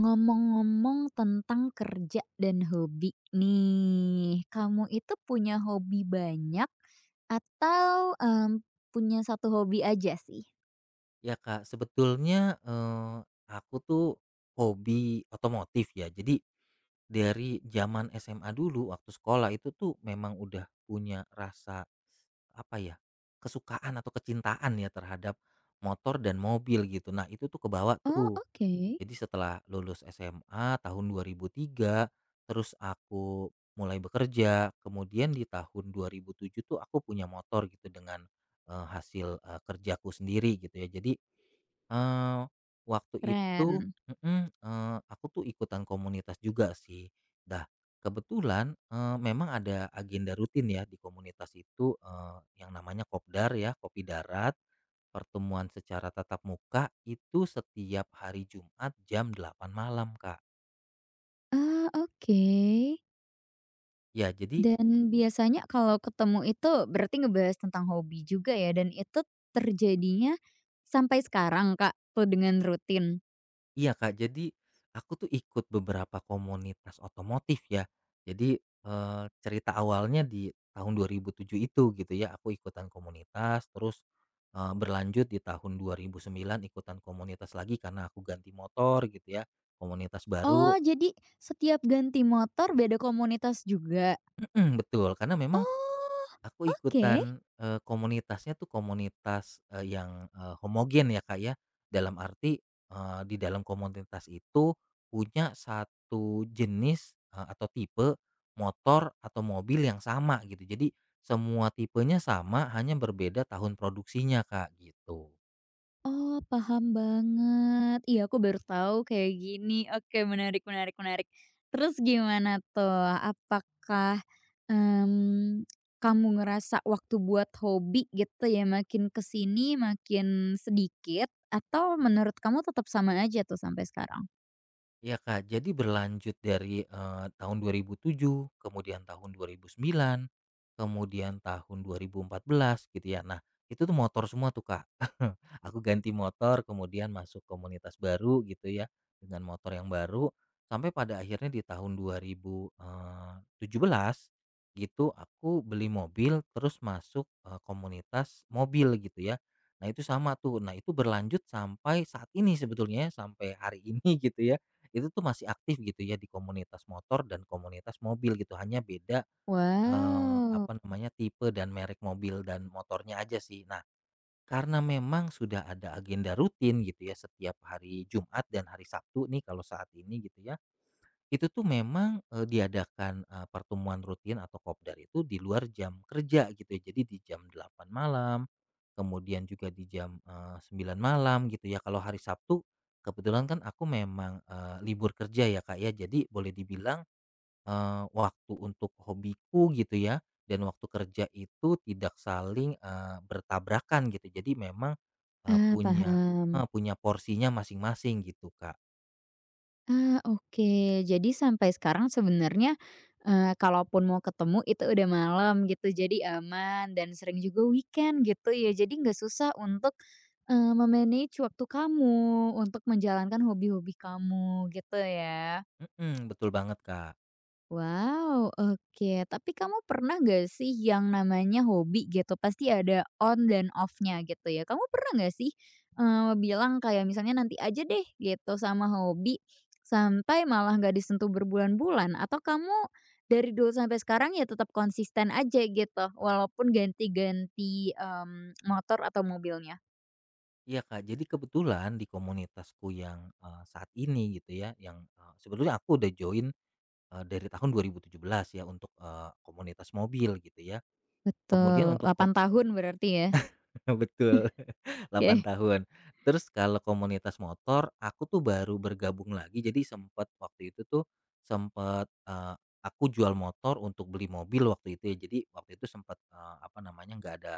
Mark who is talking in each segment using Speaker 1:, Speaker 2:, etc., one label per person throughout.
Speaker 1: Ngomong-ngomong tentang kerja dan hobi nih, kamu itu punya hobi banyak atau, punya satu hobi aja sih?
Speaker 2: Ya Kak, sebetulnya, aku tuh hobi otomotif ya. Jadi, dari zaman SMA dulu waktu sekolah itu tuh memang udah punya rasa, apa ya, kesukaan atau kecintaan ya terhadap motor dan mobil gitu. Nah itu tuh kebawa
Speaker 1: Oh,
Speaker 2: tuh.
Speaker 1: oke.
Speaker 2: Jadi setelah lulus SMA tahun 2003, terus aku mulai bekerja, kemudian di tahun 2007 tuh aku punya motor gitu dengan hasil kerjaku sendiri gitu ya. Jadi eh waktu itu
Speaker 1: Keren.
Speaker 2: mm-mm, aku tuh ikutan komunitas juga sih. Dah kebetulan memang ada agenda rutin ya di komunitas itu yang namanya kopdar ya kopi darat. Pertemuan secara tatap muka itu setiap hari Jumat jam 8 malam, Kak.
Speaker 1: Ah, oke.
Speaker 2: Ya jadi
Speaker 1: Dan biasanya kalau ketemu itu berarti ngebahas tentang hobi juga ya dan itu terjadinya sampai sekarang, Kak, tuh dengan rutin?
Speaker 2: Iya, Kak, jadi aku tuh ikut beberapa komunitas otomotif ya. Jadi, cerita awalnya di tahun 2007 itu gitu ya, aku ikutan komunitas terus, berlanjut di tahun 2009 ikutan komunitas lagi karena aku ganti motor gitu ya, komunitas baru.
Speaker 1: Oh, jadi setiap ganti motor beda komunitas juga?
Speaker 2: Betul, karena memang
Speaker 1: Oh,
Speaker 2: aku
Speaker 1: oke.
Speaker 2: ikutan, komunitasnya tuh komunitas, yang, homogen ya, Kak, ya. Dalam arti, di dalam komunitas itu punya satu jenis, atau tipe motor atau mobil yang sama gitu. Jadi semua tipenya sama, hanya berbeda tahun produksinya, Kak, gitu.
Speaker 1: Oh, paham banget. Iya, aku baru tahu kayak gini. Oke, menarik menarik menarik. Terus gimana tuh? Apakah, mmm, kamu ngerasa waktu buat hobi gitu ya, makin kesini makin sedikit atau menurut kamu tetap sama aja tuh sampai sekarang?
Speaker 2: Iya, Kak. Jadi berlanjut dari, tahun 2007, kemudian tahun 2009, kemudian tahun 2014 gitu ya. Nah, itu tuh motor semua tuh, Kak. Aku ganti motor, kemudian masuk komunitas baru gitu ya, dengan motor yang baru, sampai pada akhirnya di tahun 2000, 17 gitu aku beli mobil, terus masuk, komunitas mobil gitu ya. Nah, itu sama tuh. Nah, itu berlanjut sampai saat ini sebetulnya, sampai hari ini gitu ya. Itu tuh masih aktif gitu ya di komunitas motor dan komunitas mobil gitu, hanya beda,
Speaker 1: Wow.
Speaker 2: apa namanya, tipe dan merek mobil dan motornya aja sih. Nah, karena memang sudah ada agenda rutin gitu ya setiap hari Jumat dan hari Sabtu nih kalau saat ini gitu ya, itu tuh memang, diadakan, pertemuan rutin atau kopdar itu di luar jam kerja gitu ya. Jadi di jam 8 malam, kemudian juga di jam, 9 malam gitu ya. Kalau hari Sabtu, kebetulan kan aku memang, libur kerja ya, Kak, ya. Jadi boleh dibilang, waktu untuk hobiku gitu ya, dan waktu kerja itu tidak saling, bertabrakan gitu. Jadi memang, eee,
Speaker 1: Ah,
Speaker 2: punya heeh,
Speaker 1: paham.
Speaker 2: punya porsinya masing-masing gitu, Kak.
Speaker 1: Ah, oke. Jadi sampai sekarang sebenarnya, kalaupun mau ketemu itu udah malam gitu, jadi aman dan sering juga weekend gitu ya. Jadi nggak susah untuk, eee, me waktu kamu untuk menjalankan hobi-hobi kamu gitu ya.
Speaker 2: Mhm, betul banget, Kak.
Speaker 1: Wow, oke. Tapi kamu pernah nggak sih yang namanya hobi gitu, pasti ada on dan off-nya gitu ya. Kamu pernah nggak sih, bilang kayak misalnya, "Nanti aja deh," gitu, sama hobi, sampai malah nggak disentuh berbulan-bulan? Atau kamu dari dulu sampai sekarang ya tetap konsisten aja gitu, walaupun ganti-ganti, motor atau mobilnya?
Speaker 2: Iya Kak, jadi kebetulan di komunitasku yang, saat ini gitu ya, yang, sebetulnya aku udah join, dari tahun 2017 ya untuk, komunitas mobil gitu ya. Kemudian
Speaker 1: Betul,
Speaker 2: untuk
Speaker 1: delapan tahun berarti ya?
Speaker 2: Betul, delapan
Speaker 1: Oke.
Speaker 2: tahun. Terus kalau komunitas motor, aku tuh baru bergabung lagi, jadi sempat waktu itu tuh, aku jual motor untuk beli mobil waktu itu ya. Jadi waktu itu sempat apa namanya, nggak ada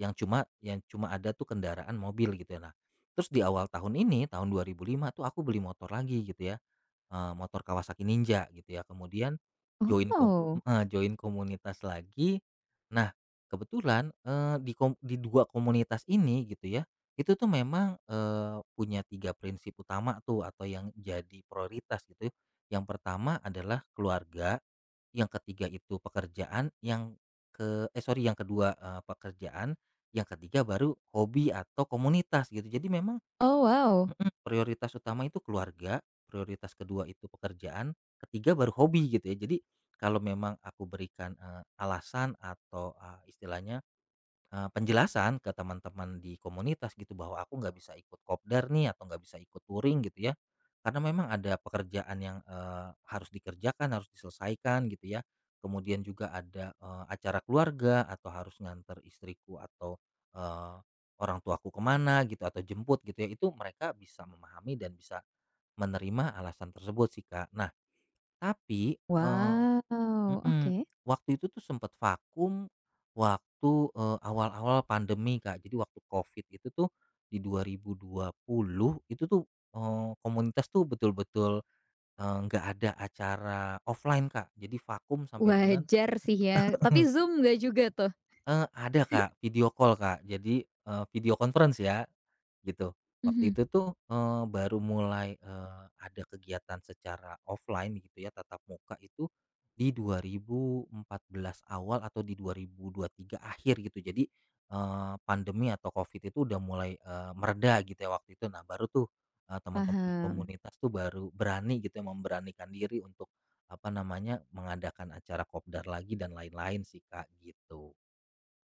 Speaker 2: yang cuma ada tuh kendaraan mobil gitu ya. Nah, terus di awal tahun ini, tahun 2005 tuh aku beli motor lagi gitu ya. Motor Kawasaki Ninja gitu ya, kemudian join kom
Speaker 1: Oh.
Speaker 2: heeh, join komunitas lagi. Nah kebetulan, di 2 komunitas ini gitu ya, itu tuh memang, punya 3 prinsip utama tuh atau yang jadi prioritas gitu. Yang pertama adalah keluarga, yang ketiga itu pekerjaan, sorry, yang kedua, pekerjaan, yang ketiga baru hobi atau komunitas gitu. Jadi memang
Speaker 1: Oh, wow.
Speaker 2: Mhm, prioritas utama itu keluarga, prioritas kedua itu pekerjaan, ketiga baru hobi gitu ya. Jadi kalau memang aku berikan, alasan atau, istilahnya penjelasan ke teman-teman di komunitas gitu bahwa aku nggak bisa ikut kopdar nih atau nggak bisa ikut touring gitu ya, karena memang ada pekerjaan yang, harus dikerjakan, harus diselesaikan gitu ya. Kemudian juga ada, acara keluarga atau harus nganter istriku atau, eee, orang tuaku ke mana gitu atau jemput gitu ya, itu mereka bisa memahami dan bisa menerima alasan tersebut sih, Kak. Nah tapi,
Speaker 1: Wow,
Speaker 2: Mhm,
Speaker 1: oke.
Speaker 2: waktu itu tuh sempet vakum waktu, awal-awal pandemi, Kak. Jadi waktu Covid itu tuh di 2020 itu tuh, komunitas tuh betul-betul, nggak ada acara offline, Kak. Jadi vakum sampai dengan.
Speaker 1: Wajar sih ya, tapi Zoom nggak juga tuh?
Speaker 2: Ada Kak, video call Kak, jadi, video conference ya, gitu. Waktu
Speaker 1: Mhm,
Speaker 2: itu tuh, baru mulai, ada kegiatan secara offline gitu ya, tatap muka itu di 2014 awal atau di 2023 akhir gitu. Jadi, pandemi atau Covid itu udah mulai, mereda gitu ya waktu itu. Nah baru tuh, teman-teman di
Speaker 1: paham.
Speaker 2: komunitas tuh baru berani gitu ya, memberanikan diri untuk, apa namanya, mengadakan acara kopdar lagi dan lain-lain sih Kak, gitu.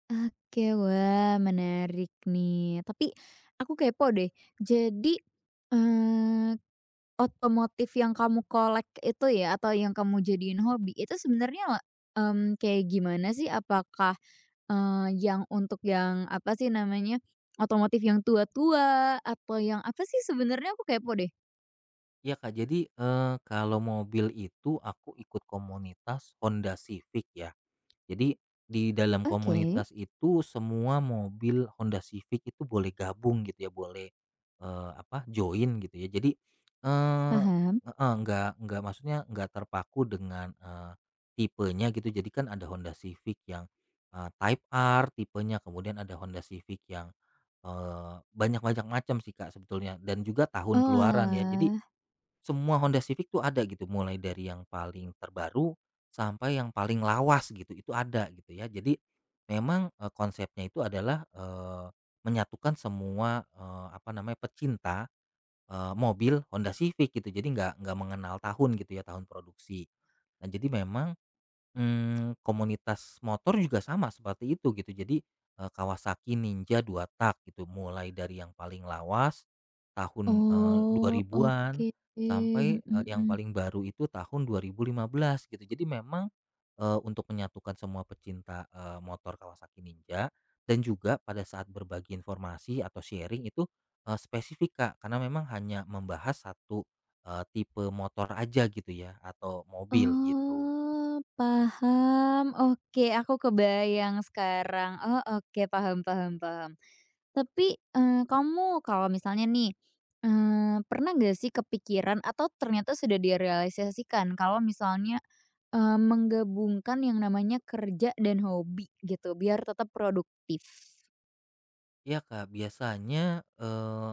Speaker 1: Oke, wah menarik nih. Tapi aku kepo deh, jadi, eee, otomotif yang kamu kolek itu ya atau yang kamu jadiin hobi itu sebenarnya, kayak gimana sih? Apakah, yang untuk yang apa sih namanya, otomotif yang tua-tua atau yang apa sih sebenarnya? Aku kepo deh.
Speaker 2: Iya Kak, jadi, kalau mobil itu aku ikut komunitas Honda Civic ya. Jadi di dalam
Speaker 1: Oke,
Speaker 2: komunitas itu semua mobil Honda Civic itu boleh gabung gitu ya, boleh, apa, join gitu ya. Jadi, eee
Speaker 1: paham.
Speaker 2: heeh, nggak maksudnya nggak terpaku dengan, tipenya gitu. Jadi kan ada Honda Civic yang, Type R tipenya, kemudian ada Honda Civic yang, banyak banyak macam sih Kak sebetulnya, dan juga tahun keluaran ya. Jadi
Speaker 1: Oalah.
Speaker 2: semua Honda Civic tuh ada gitu, mulai dari yang paling terbaru sampai yang paling lawas gitu, itu ada gitu ya. Jadi memang, konsepnya itu adalah, menyatukan semua, apa namanya, pecinta, mobil Honda Civic gitu. Jadi nggak mengenal tahun gitu ya, tahun produksi. Nah, jadi memang komunitas motor juga sama seperti itu gitu. Jadi, Kawasaki Ninja 2 tak gitu, mulai dari yang paling lawas tahun,
Speaker 1: Oh,
Speaker 2: 2000-an
Speaker 1: oke,
Speaker 2: sampai,
Speaker 1: mhm
Speaker 2: yang
Speaker 1: mhm.
Speaker 2: paling baru itu tahun 2015 gitu. Jadi memang, untuk menyatukan semua pecinta, motor Kawasaki Ninja dan juga pada saat berbagi informasi atau sharing itu, spesifik, Kak, karena memang hanya membahas satu tipe motor aja gitu ya atau mobil gitu.
Speaker 1: Oh, paham, oke, aku kebayang sekarang. Oh, oke, paham paham paham. Tapi, kamu kalau misalnya nih, pernah nggak sih kepikiran atau ternyata sudah direalisasikan kalau misalnya, menggabungkan yang namanya kerja dan hobi gitu biar tetap produktif?
Speaker 2: Iya Kak, biasanya,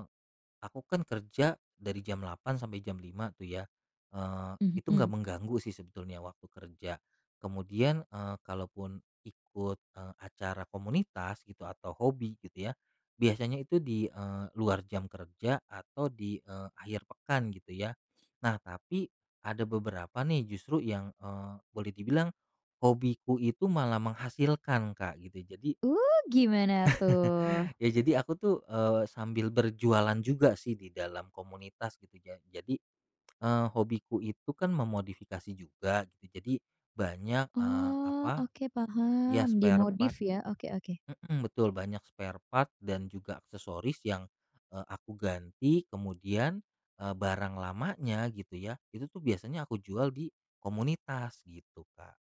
Speaker 2: aku kan kerja dari jam 8 sampai jam 5 tuh ya, eee, itu nggak
Speaker 1: Mhm.
Speaker 2: mengganggu sih sebetulnya waktu kerja. Kemudian, kalaupun ikut, acara komunitas gitu atau hobi gitu ya, biasanya itu di, luar jam kerja atau di, akhir pekan gitu ya. Nah tapi ada beberapa nih justru yang, boleh dibilang hobiku itu malah menghasilkan Kak gitu.
Speaker 1: Gimana tuh?
Speaker 2: Jadi aku tuh, sambil berjualan juga sih di dalam komunitas gitu ya. Jadi, hobiku itu kan memodifikasi juga gitu. Jadi banyak,
Speaker 1: Oh,
Speaker 2: apa,
Speaker 1: oke
Speaker 2: ya
Speaker 1: paham,
Speaker 2: spare
Speaker 1: dimodif
Speaker 2: part
Speaker 1: ya? Oke oke.
Speaker 2: mhm, betul banyak spare part dan juga aksesoris yang, aku ganti kemudian, barang lamanya gitu ya, itu tuh biasanya aku jual di komunitas gitu Kak.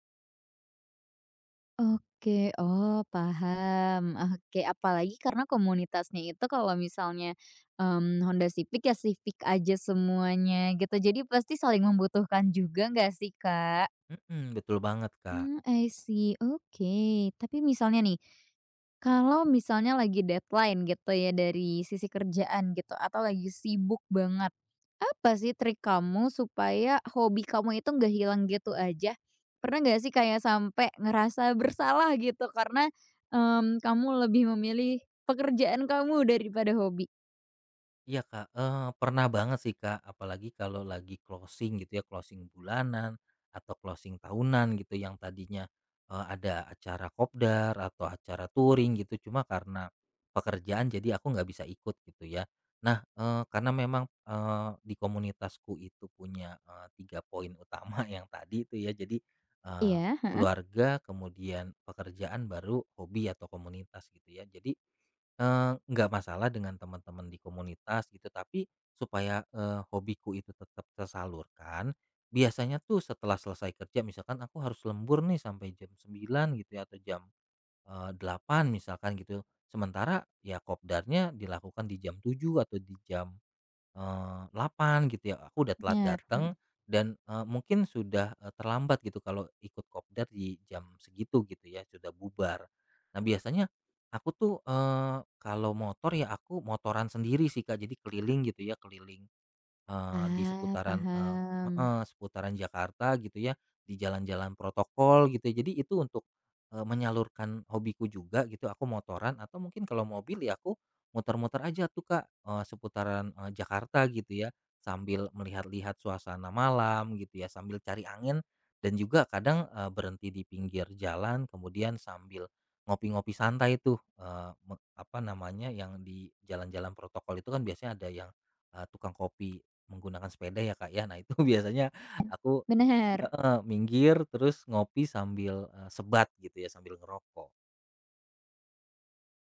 Speaker 1: Oke, oh paham, oke. Apalagi karena komunitasnya itu kalau misalnya, Honda Civic ya Civic aja semuanya gitu, jadi pasti saling membutuhkan juga nggak sih, Kak?
Speaker 2: Mhm, betul banget Kak.
Speaker 1: Hmm, I see, oke. Tapi misalnya nih, kalau misalnya lagi deadline gitu ya dari sisi kerjaan gitu atau lagi sibuk banget. Apa sih trik kamu supaya hobi kamu itu nggak hilang gitu aja? Pernah nggak sih kayak sampai ngerasa bersalah gitu karena, kamu lebih memilih pekerjaan kamu daripada hobi?
Speaker 2: Iya Kak, pernah banget sih Kak, apalagi kalau lagi closing gitu ya, closing bulanan atau closing tahunan gitu yang tadinya, ada acara kopdar atau acara touring gitu, cuma karena pekerjaan jadi aku nggak bisa ikut gitu ya. Nah, karena memang, di komunitasku itu punya, 3 poin utama yang tadi itu ya, jadi, eee,
Speaker 1: Iya, heeh,
Speaker 2: keluarga kemudian pekerjaan baru hobi atau komunitas gitu ya. Jadi nggak masalah dengan teman-teman di komunitas gitu, tapi supaya, hobiku itu tetap tersalurkan, biasanya tuh setelah selesai kerja misalkan aku harus lembur nih sampai jam 9 gitu ya atau jam, 8.00 misalkan gitu. Sementara ya kopdarnya dilakukan di jam 7 atau di jam 8 gitu ya, aku udah telat
Speaker 1: bener,
Speaker 2: datang
Speaker 1: mhm.
Speaker 2: dan, mungkin sudah, terlambat gitu kalau ikut kopdar di jam segitu gitu ya, sudah bubar. Nah biasanya aku tuh, kalau motor ya aku motoran sendiri sih Kak, jadi keliling gitu ya, keliling di
Speaker 1: Ah,
Speaker 2: seputaran, eee
Speaker 1: paham.
Speaker 2: heeh, seputaran Jakarta gitu ya, di jalan-jalan protokol gitu ya. Jadi itu untuk, menyalurkan hobiku juga gitu, aku motoran atau mungkin kalau mobil ya aku muter-muter aja tuh Kak, seputaran, Jakarta gitu ya, sambil melihat-lihat suasana malam gitu ya, sambil cari angin dan juga kadang, berhenti di pinggir jalan kemudian sambil ngopi-ngopi santai tuh, apa namanya, yang di jalan-jalan protokol itu kan biasanya ada yang, tukang kopi. Menggunakan sepeda ya, Kak, ya. Nah, itu biasanya aku
Speaker 1: Benar.
Speaker 2: heeh, minggir terus ngopi sambil, sebat gitu ya, sambil ngerokok.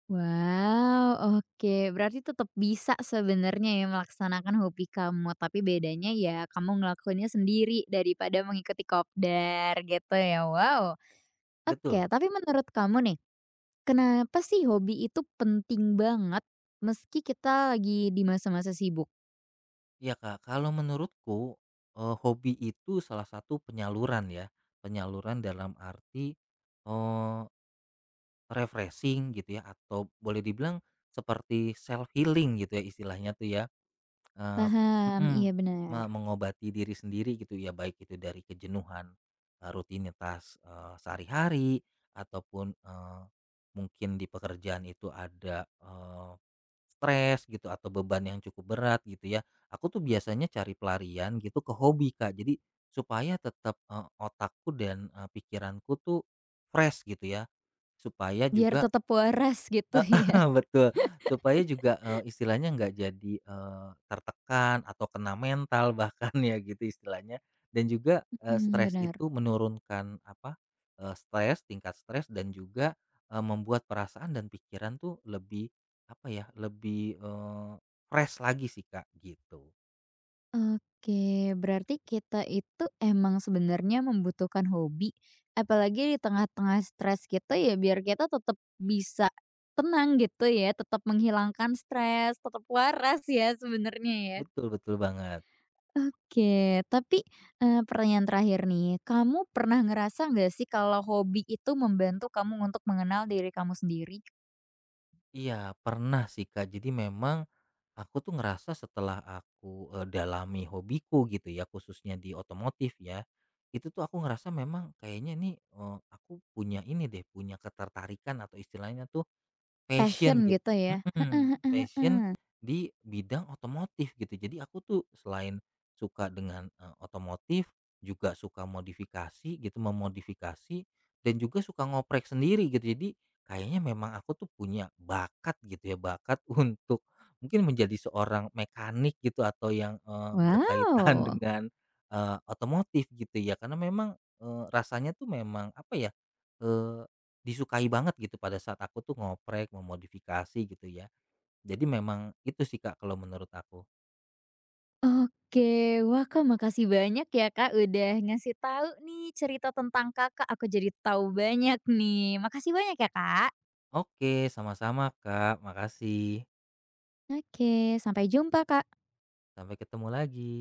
Speaker 1: Wow, oke. Berarti tetap bisa sebenarnya ya melaksanakan hobi kamu, tapi bedanya ya kamu ngelakuinnya sendiri daripada mengikuti kopdar gitu ya, wow. Oke,
Speaker 2: Betul.
Speaker 1: tapi menurut kamu nih, kenapa sih hobi itu penting banget meski kita lagi di masa-masa sibuk?
Speaker 2: Iya, Kak. Kalau menurutku, hobi itu salah satu penyaluran ya, penyaluran dalam arti, eee, refreshing gitu ya, atau boleh dibilang seperti self healing gitu ya istilahnya tuh ya. Eee,
Speaker 1: Paham,
Speaker 2: mhm,
Speaker 1: iya
Speaker 2: me
Speaker 1: benar.
Speaker 2: Mengobati diri sendiri gitu ya, baik itu dari kejenuhan, rutinitas, sehari-hari ataupun, mungkin di pekerjaan itu ada, stres gitu atau beban yang cukup berat gitu ya. Aku tuh biasanya cari pelarian gitu ke hobi, Kak. Jadi supaya tetap, otakku dan, pikiranku tuh fresh gitu ya, supaya
Speaker 1: Biar
Speaker 2: juga,
Speaker 1: tetap waras gitu
Speaker 2: heeh,
Speaker 1: ya.
Speaker 2: betul. Supaya juga, istilahnya nggak jadi, tertekan atau kena mental bahkan ya gitu istilahnya, dan juga,
Speaker 1: Mhm,
Speaker 2: stres
Speaker 1: benar.
Speaker 2: itu menurunkan apa, stres, tingkat stres dan juga, membuat perasaan dan pikiran tuh lebih apa ya, lebih, fresh lagi sih Kak, gitu.
Speaker 1: Oke, berarti kita itu emang sebenarnya membutuhkan hobi, apalagi di tengah-tengah stres gitu ya biar kita tetap bisa tenang gitu ya, tetap menghilangkan stres, tetap waras ya sebenarnya ya.
Speaker 2: Betul betul banget.
Speaker 1: Oke, tapi, pertanyaan terakhir nih, kamu pernah ngerasa nggak sih kalau hobi itu membantu kamu untuk mengenal diri kamu sendiri?
Speaker 2: Iya, pernah sih, Kak. Jadi memang aku tuh ngerasa setelah aku, dalami hobiku gitu ya, khususnya di otomotif ya, itu tuh aku ngerasa memang kayaknya nih, aku punya ini deh, punya ketertarikan atau istilahnya tuh Passion
Speaker 1: Passion
Speaker 2: git
Speaker 1: gitu ya?
Speaker 2: mhm, passion di bidang otomotif gitu. Jadi aku tuh selain suka dengan, otomotif, juga suka modifikasi gitu, memodifikasi dan juga suka ngoprek sendiri gitu. Jadi kayaknya memang aku tuh punya bakat gitu ya, bakat untuk mungkin menjadi seorang mekanik gitu atau yang, berkaitan
Speaker 1: Wow,
Speaker 2: dengan, otomotif gitu ya. Karena memang, rasanya tuh memang apa ya, eh, disukai banget gitu pada saat aku tuh ngoprek, memodifikasi gitu ya. Jadi memang itu sih Kak kalau menurut aku.
Speaker 1: oke. Wah, Kak, makasih banyak ya, Kak, udah ngasih tahu nih cerita tentang Kakak, aku jadi tahu banyak nih. Makasih banyak ya, Kak.
Speaker 2: Oke, sama-sama Kak, makasih.
Speaker 1: Oke, sampai jumpa, Kak.
Speaker 2: Sampai ketemu lagi.